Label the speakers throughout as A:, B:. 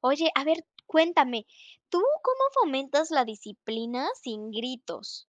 A: Oye, a ver, cuéntame, ¿tú cómo fomentas la disciplina sin gritos?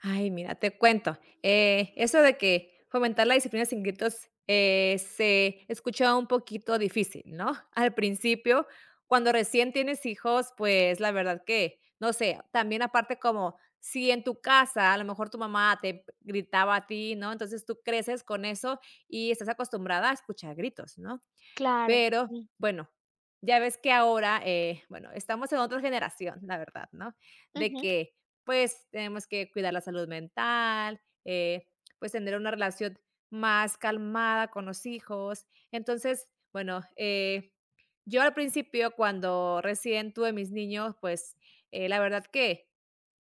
B: Ay, mira, te cuento. Eso de que fomentar la disciplina sin gritos se escucha un poquito difícil, ¿no? Al principio, cuando recién tienes hijos, pues la verdad que, no sé, también aparte como si en tu casa a lo mejor tu mamá te gritaba a ti, ¿no? Entonces tú creces con eso y estás acostumbrada a escuchar gritos, ¿no?
A: Claro,
B: Pero
A: sí,
B: bueno, ya ves que ahora, bueno, estamos en otra generación, la verdad, ¿no? De
A: ujú.
B: que, pues, tenemos que cuidar la salud mental, pues, tener una relación más calmada con los hijos. Entonces, bueno, yo al principio, cuando recién tuve mis niños, pues, la verdad que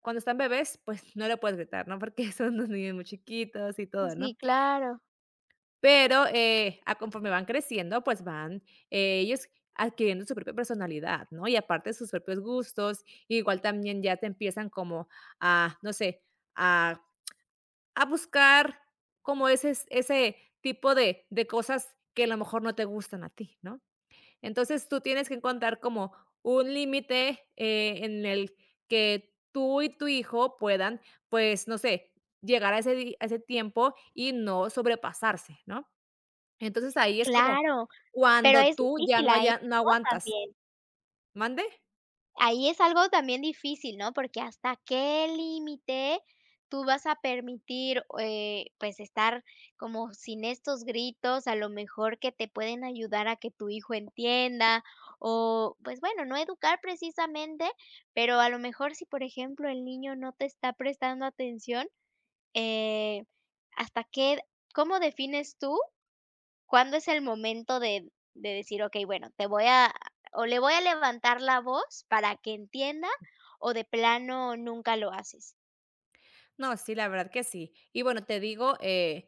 B: cuando están bebés, pues, no le puedes gritar, ¿no? Porque son unos niños muy chiquitos y todo,
A: Sí,
B: ¿no?
A: claro.
B: Pero, a conforme van creciendo, pues, van, ellos adquiriendo su propia personalidad, ¿no? Y aparte sus propios gustos, igual también ya te empiezan como no sé, a a buscar como ese tipo de cosas que a lo mejor no te gustan a ti, ¿no? Entonces, tú tienes que encontrar como un límite, en el que tú y tu hijo puedan, pues, no sé, llegar a ese di a ese tiempo y no sobrepasarse, ¿no? Entonces, ahí es como
A: Claro, pero
B: cuando
A: es
B: tú ya
A: difícil
B: no
A: ahí,
B: haya no
A: ¿no?
B: aguantas,
A: También.
B: ¿mande?
A: Ahí es algo también difícil, ¿no? Porque hasta qué límite tú vas a permitir, pues, estar como sin estos gritos, a lo mejor que te pueden ayudar a que tu hijo entienda, o, pues, bueno, no educar precisamente, pero a lo mejor si, por ejemplo, el niño no te está prestando atención, eh, ¿hasta qué ¿cómo defines tú cuándo es el momento de decir: "Okey, bueno, te voy a o le voy a levantar la voz para que entienda, o de plano nunca lo haces"?
B: No, sí, la verdad que sí. Y bueno, te digo,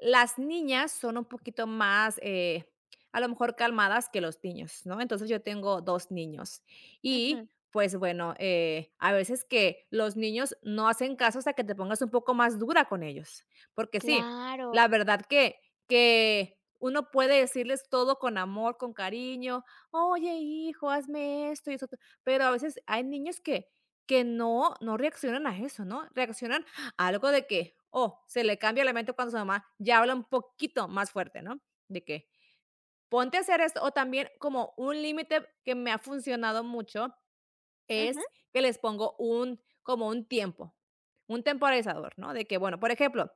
B: las niñas son un poquito más, a lo mejor calmadas que los niños, ¿no? Entonces yo tengo dos niños
A: Ujú,
B: y pues bueno, a veces que los niños no hacen caso hasta que te pongas un poco más dura con ellos, porque sí,
A: claro,
B: la verdad que uno puede decirles todo con amor, con cariño, "Oye, hijo, hazme esto y eso, otro", pero a veces hay niños que no reaccionan a eso, ¿no? Reaccionan algo de que, oh, se le cambia el elemento cuando su mamá ya habla un poquito más fuerte, ¿no? De que ponte a hacer esto. O también como un límite que me ha funcionado mucho
A: ujú,
B: es que les pongo un como un tiempo, un temporizador, ¿no? De que, bueno, por ejemplo,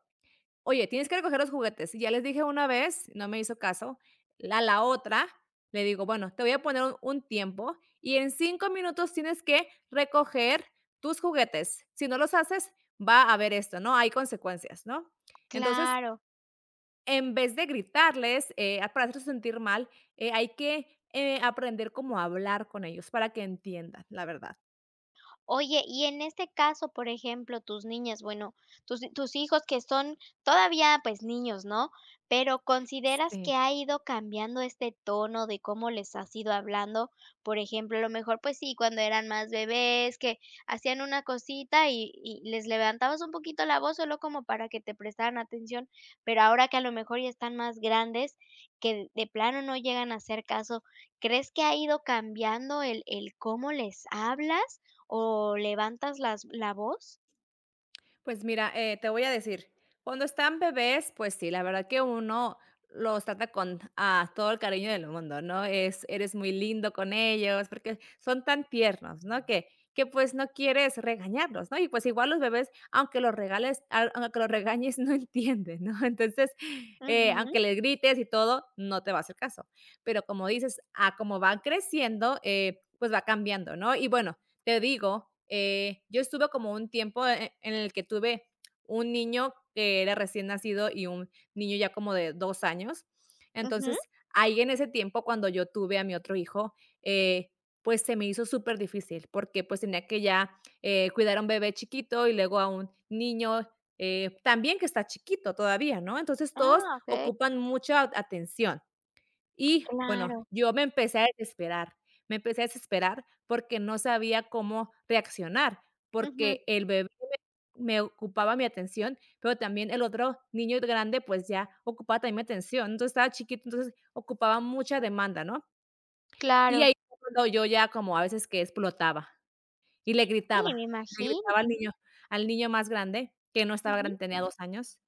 B: oye, tienes que recoger los juguetes. Y ya les dije una vez, no me hizo caso. La otra le digo, bueno, te voy a poner un tiempo y en 5 minutos tienes que recoger tus juguetes. Si no los haces, va a haber esto, ¿no? Hay consecuencias, ¿no? Entonces,
A: claro.
B: en vez de gritarles para hacerlos sentir mal, hay que aprender cómo hablar con ellos para que entiendan, la verdad.
A: Oye, y en este caso, por ejemplo, tus niñas, bueno, tus hijos que son todavía, pues, niños, ¿no? Pero, ¿consideras que
B: Sí.
A: ha ido cambiando este tono de cómo les has ido hablando? Por ejemplo, a lo mejor, pues sí, cuando eran más bebés, que hacían una cosita y les levantabas un poquito la voz solo como para que te prestaran atención, pero ahora que a lo mejor ya están más grandes, que de plano no llegan a hacer caso, ¿crees que ha ido cambiando el cómo les hablas? ¿O levantas las la voz?
B: Pues mira, te voy a decir, cuando están bebés, pues sí, la verdad que uno los trata con todo el cariño del mundo, ¿no? Eres muy lindo con ellos, porque son tan tiernos, ¿no? Que pues no quieres regañarlos, ¿no? Y pues igual los bebés, aunque los regales, aunque los regañes, no entienden, ¿no? Entonces, aunque
A: Ujú,
B: les grites y todo, no te va a hacer caso. Pero como dices, a como van creciendo, pues va cambiando, ¿no? Y bueno, te digo, yo estuve como un tiempo en el que tuve un niño que era recién nacido y un niño ya como de 2 años.
A: ujú.
B: Entonces, ahí en ese tiempo, cuando yo tuve a mi otro hijo, eh, pues, se me hizo súper difícil, porque, pues, tenía que ya, cuidar a un bebé chiquito y luego a un niño, también que está chiquito todavía, ¿no? Entonces, todos
A: Ah, okey.
B: ocupan mucha atención. Y bueno,
A: Claro,
B: yo me empecé a desesperar, me empecé a desesperar porque no sabía cómo reaccionar,
A: ujú,
B: porque el bebé me ocupaba mi atención, pero también el otro niño grande, pues, ya ocupaba también mi atención. Entonces, estaba chiquito, entonces ocupaba mucha demanda, ¿no? Y ahí
A: claro.
B: fue cuando yo ya como a veces que explotaba y le
A: Sí,
B: gritaba,
A: me
B: le
A: imagino.
B: gritaba al niño al niño más grande, que no estaba
A: Ujú.
B: grande, tenía 2 años,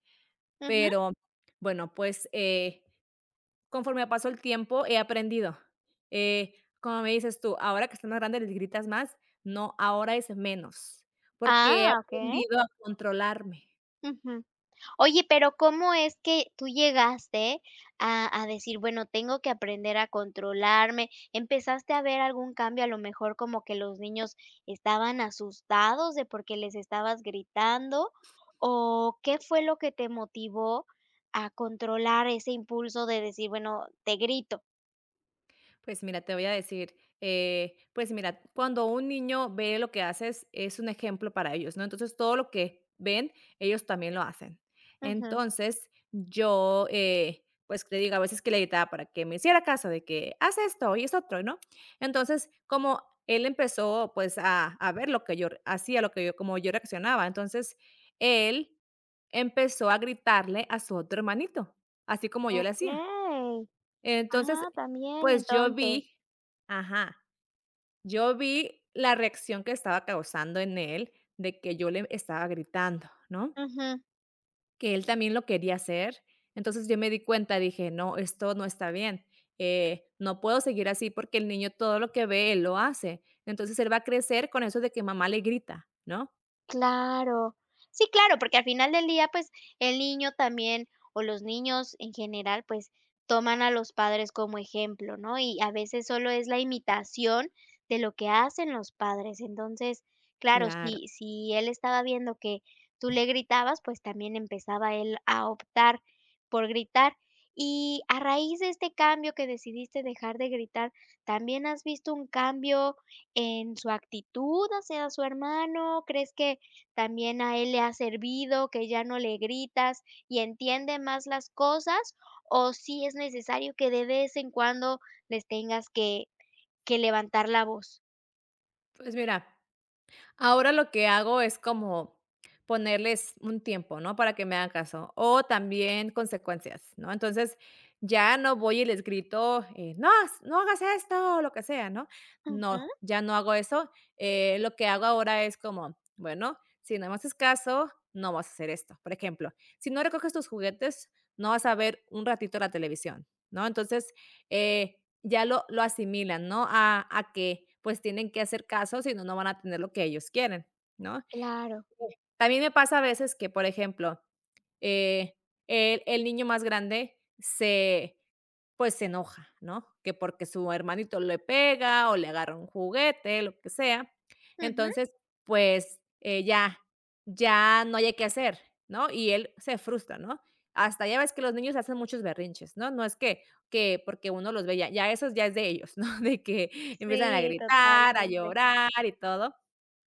A: Ujú.
B: pero bueno, pues, conforme pasó el tiempo, he aprendido. Eh, como me dices tú, ahora que estás más grande, les gritas más. No, ahora es menos, porque he
A: Ah, okey.
B: aprendido a controlarme.
A: Ujú. Oye, pero ¿cómo es que tú llegaste a decir: "Bueno, tengo que aprender a controlarme"? ¿Empezaste a ver algún cambio? A lo mejor como que los niños estaban asustados de porque les estabas gritando, ¿o qué fue lo que te motivó a controlar ese impulso de decir: "Bueno, te grito"?
B: Pues mira, te voy a decir, pues mira, cuando un niño ve lo que haces, es un ejemplo para ellos, ¿no? Entonces, todo lo que ven, ellos también lo hacen.
A: Ujú.
B: Entonces, yo, pues le digo a veces que le gritaba para que me hiciera caso de que haz esto y esto otro, ¿no? Entonces, como él empezó, pues, a ver lo que yo hacía, como yo reaccionaba, entonces, él empezó a gritarle a su otro hermanito, así como yo le hacía.
A: Okey.
B: Entonces,
A: Ah, también,
B: pues yo
A: entonces.
B: vi ajá, yo vi la reacción que estaba causando en él de que yo le estaba gritando, ¿no?
A: Ujú.
B: Que él también lo quería hacer. Entonces yo me di cuenta, dije: "No, esto no está bien, no puedo seguir así porque el niño todo lo que ve, él lo hace". Entonces él va a crecer con eso de que mamá le grita, ¿no?
A: Claro. Sí, claro, porque al final del día, pues, el niño también, o los niños en general, pues, toman a los padres como ejemplo, ¿no? Y a veces solo es la imitación de lo que hacen los padres. Entonces, claro,
B: Claro.
A: si él estaba viendo que tú le gritabas, pues, también empezaba él a optar por gritar. Y a raíz de este cambio que decidiste dejar de gritar, ¿también has visto un cambio en su actitud hacia su hermano? ¿Crees que también a él le ha servido, que ya no le gritas y entiende más las cosas, o si es necesario que de vez en cuando les tengas que levantar la voz?
B: Pues mira, ahora lo que hago es como ponerles un tiempo, ¿no? Para que me hagan caso o también consecuencias, ¿no? Entonces, ya no voy y les grito, no, no hagas esto o lo que sea, ¿no?
A: Ujú,
B: No, ya no hago eso. Lo que hago ahora es como, bueno, si no me haces caso, no vas a hacer esto. Por ejemplo, si no recoges tus juguetes, no vas a ver un ratito la televisión, ¿no? Entonces, ya lo asimilan, ¿no? A que, pues, tienen que hacer caso, si no, no van a tener lo que ellos quieren, ¿no?
A: claro.
B: También me pasa a veces que, por ejemplo, eh, el niño más grande se pues, se enoja, ¿no? Que porque su hermanito le pega, o le agarra un juguete, lo que sea.
A: Ujú.
B: Entonces, pues, ya ya no hay qué hacer, ¿no? Y él se frustra, ¿no? Hasta ya ves que los niños hacen muchos berrinches, ¿no? No es que porque uno los ve, ya eso ya es de ellos, ¿no? De que empiezan a
A: Sí,
B: gritar, a
A: totalmente.
B: llorar y todo.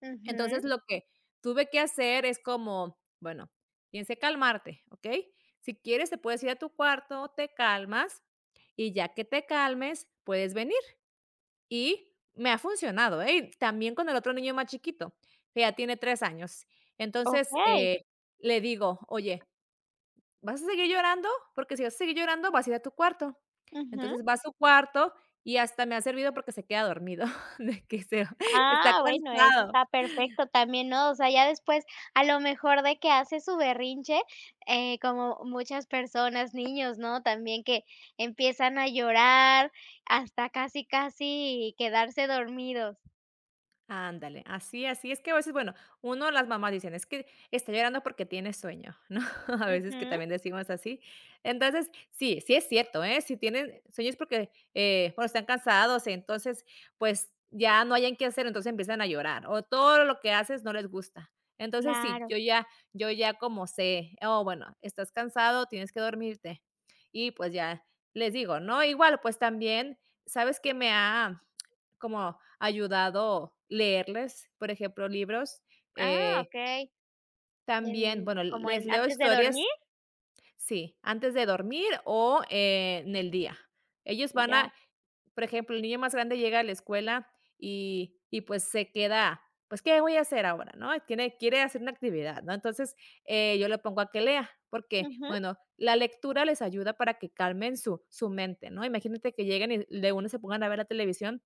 A: Ujú.
B: Entonces, lo que tuve que hacer es como, bueno, tienes que calmarte, ¿okey? Si quieres, te puedes ir a tu cuarto, te calmas, y ya que te calmes, puedes venir. Y me ha funcionado, ¿eh? Y también con el otro niño más chiquito, que ya tiene 3 años. Entonces,
A: Okey.
B: le digo: "Oye, ¿vas a seguir llorando? Porque si vas a seguir llorando, vas a ir a tu cuarto".
A: Ujú.
B: Entonces, va a su cuarto y hasta me ha servido porque se queda dormido, de que se está
A: Ah, bueno, eso
B: cansado.
A: está perfecto también, ¿no? O sea, ya después, a lo mejor de que hace su berrinche, como muchas personas, niños, ¿no? También que empiezan a llorar hasta casi, casi quedarse dormidos.
B: Ándale, así, así. Es que a veces, bueno, uno, las mamás dicen, es que está llorando porque tiene sueño, ¿no? A veces que
A: Ujú,
B: también decimos así. Entonces, sí, sí es cierto, ¿eh? Si tienen sueños es porque, bueno, están cansados, entonces, pues ya no hayan qué hacer, entonces empiezan a llorar o todo lo que haces no les gusta. Entonces, sí,
A: claro.
B: yo ya como sé, oh, bueno, estás cansado, tienes que dormirte. Y pues ya les digo, ¿no? Igual, pues también, ¿sabes qué me ha como ayudado leerles, por ejemplo, libros.
A: Ah,
B: Eh,
A: okey. ¿En
B: también, bueno,
A: como
B: les
A: en
B: leo
A: antes de
B: historias,
A: dormir?
B: sí, antes de dormir o en el día. Ellos van
A: Ya.
B: a, por ejemplo, el niño más grande llega a la escuela y pues se queda, pues, ¿qué voy a hacer ahora? ¿No? Quiere hacer una actividad, ¿no? Entonces, yo le pongo a que lea, porque,
A: Ujú.
B: bueno, la lectura les ayuda para que calmen su mente, ¿no? Imagínate que lleguen y de uno se pongan a ver la televisión,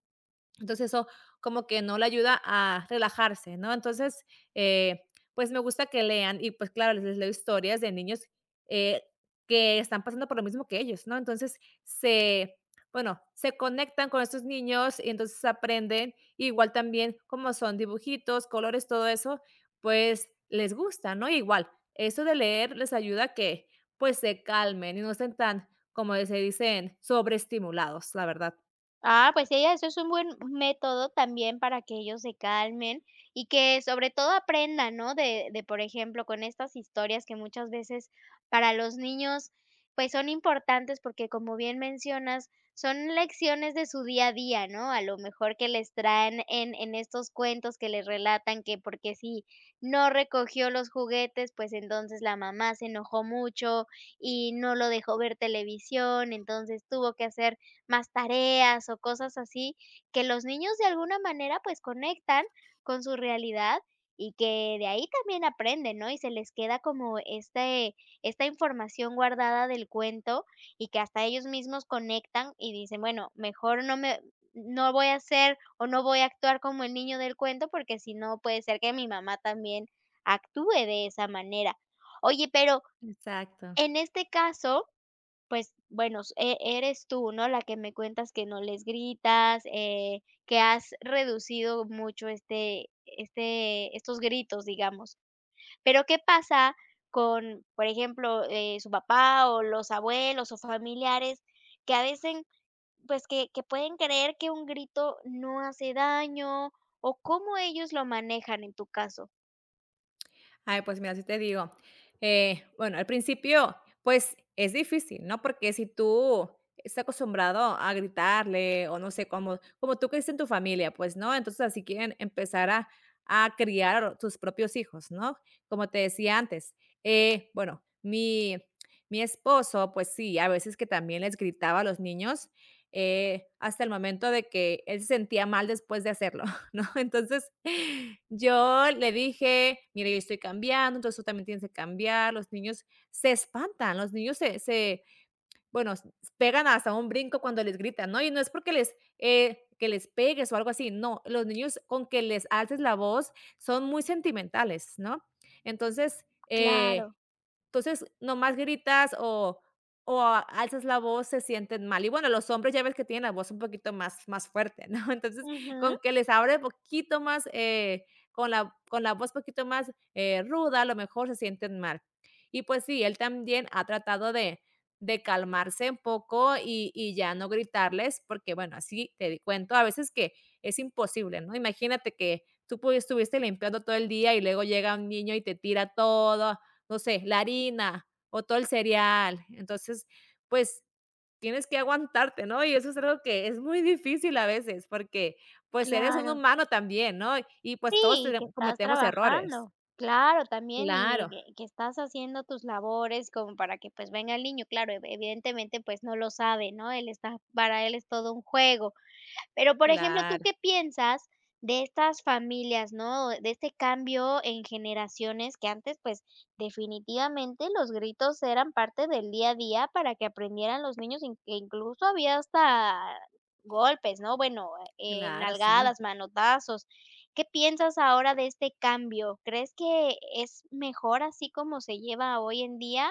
B: entonces, eso como que no le ayuda a relajarse, ¿no? Entonces, eh, pues me gusta que lean y pues claro, les leo historias de niños eh, que están pasando por lo mismo que ellos, ¿no? Entonces, se, bueno, se conectan con estos niños y entonces aprenden, igual también como son dibujitos, colores, todo eso, pues les gusta, ¿no? Igual, eso de leer les ayuda a que pues se calmen y no estén tan, como se dicen, sobreestimulados, la verdad.
A: Ah, pues ella, eso es un buen método también para que ellos se calmen y que sobre todo aprendan, ¿no? Por ejemplo, con estas historias que muchas veces para los niños, pues son importantes porque como bien mencionas, son lecciones de su día a día, ¿no? A lo mejor que les traen en estos cuentos que les relatan que porque si no recogió los juguetes, pues entonces la mamá se enojó mucho y no lo dejó ver televisión, entonces tuvo que hacer más tareas o cosas así, que los niños de alguna manera, pues, conectan con su realidad y que de ahí también aprenden, ¿no? Y se les queda como esta información guardada del cuento y que hasta ellos mismos conectan y dicen: "Bueno, mejor no voy a hacer o no voy a actuar como el niño del cuento, porque si no, puede ser que mi mamá también actúe de esa manera". Oye, pero
B: Exacto.
A: en este caso pues, bueno, s e eres tú, ¿no?, la que me cuentas que no les gritas, que has reducido mucho este estos gritos, digamos. Pero, ¿qué pasa con, por ejemplo, su papá, o los abuelos, o familiares que a veces, pues, que pueden creer que un grito no hace daño, o cómo ellos lo manejan en tu caso?
B: Ay, pues mira, si te digo, bueno, al principio, pues es difícil, ¿no? Porque si tú estás acostumbrado a gritarle o no sé, como, como tú crees en tu familia, pues no, entonces así quieren empezar a criar a tus propios hijos, ¿no? Como te decía antes, bueno, mi esposo, pues sí, a veces que también les gritaba a los niños, hasta el momento de que él se sentía mal después de hacerlo. ¿No? Entonces yo le dije, mire, yo estoy cambiando, entonces tú también tienes que cambiar. Los niños se espantan, los niños se, se bueno, s- pegan hasta un brinco cuando les gritan, ¿no? Y no es porque les, que les pegues o algo así, no, los niños con que les alces la voz son muy sentimentales, ¿no? Entonces, eh,
A: Claro.
B: entonces, nomás gritas o alzas la voz, se sienten mal. Y bueno, los hombres ya ves que tienen la voz un poquito más fuerte, ¿no? Entonces,
A: Ujú,
B: con que les hable poquito más, con la voz poquito más, ruda, a lo mejor se sienten mal. Y pues sí, él también ha tratado de calmarse un poco y ya no gritarles, porque bueno, así te di cuento a veces que es imposible, ¿no? Imagínate que tú pudi estuviste limpiando todo el día y luego llega un niño y te tira todo, no sé, la harina o todo el cereal. Entonces, pues, tienes que aguantarte, ¿no? Y eso es algo que es muy difícil a veces, porque, pues, eres un
A: claro.
B: humano también, ¿no? Y, pues, todos
A: Sí,
B: tene
A: que estás
B: cometemos errores.
A: trabajando, claro, también, y
B: Claro,
A: que estás haciendo tus labores como para que, pues, venga el niño, claro, ev evidentemente, pues, no lo sabe, ¿no? Él está para él es todo un juego. Pero, por ejemplo, ¿tú
B: claro,
A: qué piensas de estas familias, no? De este cambio en generaciones que antes, pues, definitivamente los gritos eran parte del día a día para que aprendieran los niños, in- que incluso había hasta golpes, ¿no? Bueno,
B: claro, sí.
A: nalgadas, manotazos. ¿Qué piensas ahora de este cambio? ¿Crees que es mejor así como se lleva hoy en día?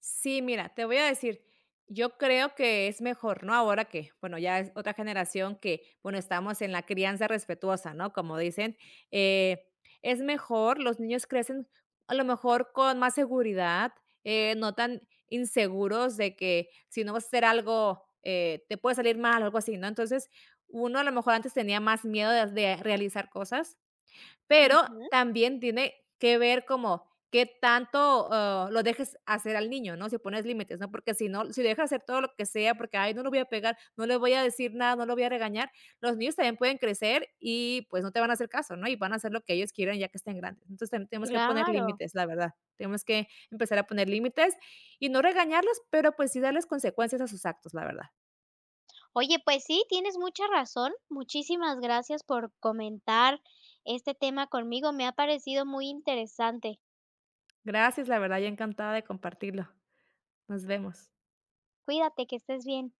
B: Sí, mira, te voy a decir, yo creo que es mejor, ¿no? Ahora que, bueno, ya es otra generación que, bueno, estamos en la crianza respetuosa, ¿no? Como dicen, eh, es mejor, los niños crecen a lo mejor con más seguridad, no tan inseguros de que si no vas a hacer algo, te puede salir mal o algo así, ¿no? Entonces, uno a lo mejor antes tenía más miedo de realizar cosas, pero
A: Ujú,
B: también tiene que ver como qué tanto, lo dejes hacer al niño, ¿no? Si pones límites, ¿no? Porque si no, si lo dejas hacer todo lo que sea, porque: "Ay, no lo voy a pegar, no le voy a decir nada, no lo voy a regañar", los niños también pueden crecer y, pues, no te van a hacer caso, ¿no? Y van a hacer lo que ellos quieran ya que estén grandes. Entonces, también tenemos que poner
A: claro.
B: límites, la verdad. Tenemos que empezar a poner límites y no regañarlos, pero, pues, sí darles consecuencias a sus actos, la verdad.
A: Oye, pues sí, tienes mucha razón. Muchísimas gracias por comentar este tema conmigo. Me ha parecido muy interesante.
B: Gracias, la verdad, yo encantada de compartirlo. Nos vemos.
A: Cuídate, que estés bien.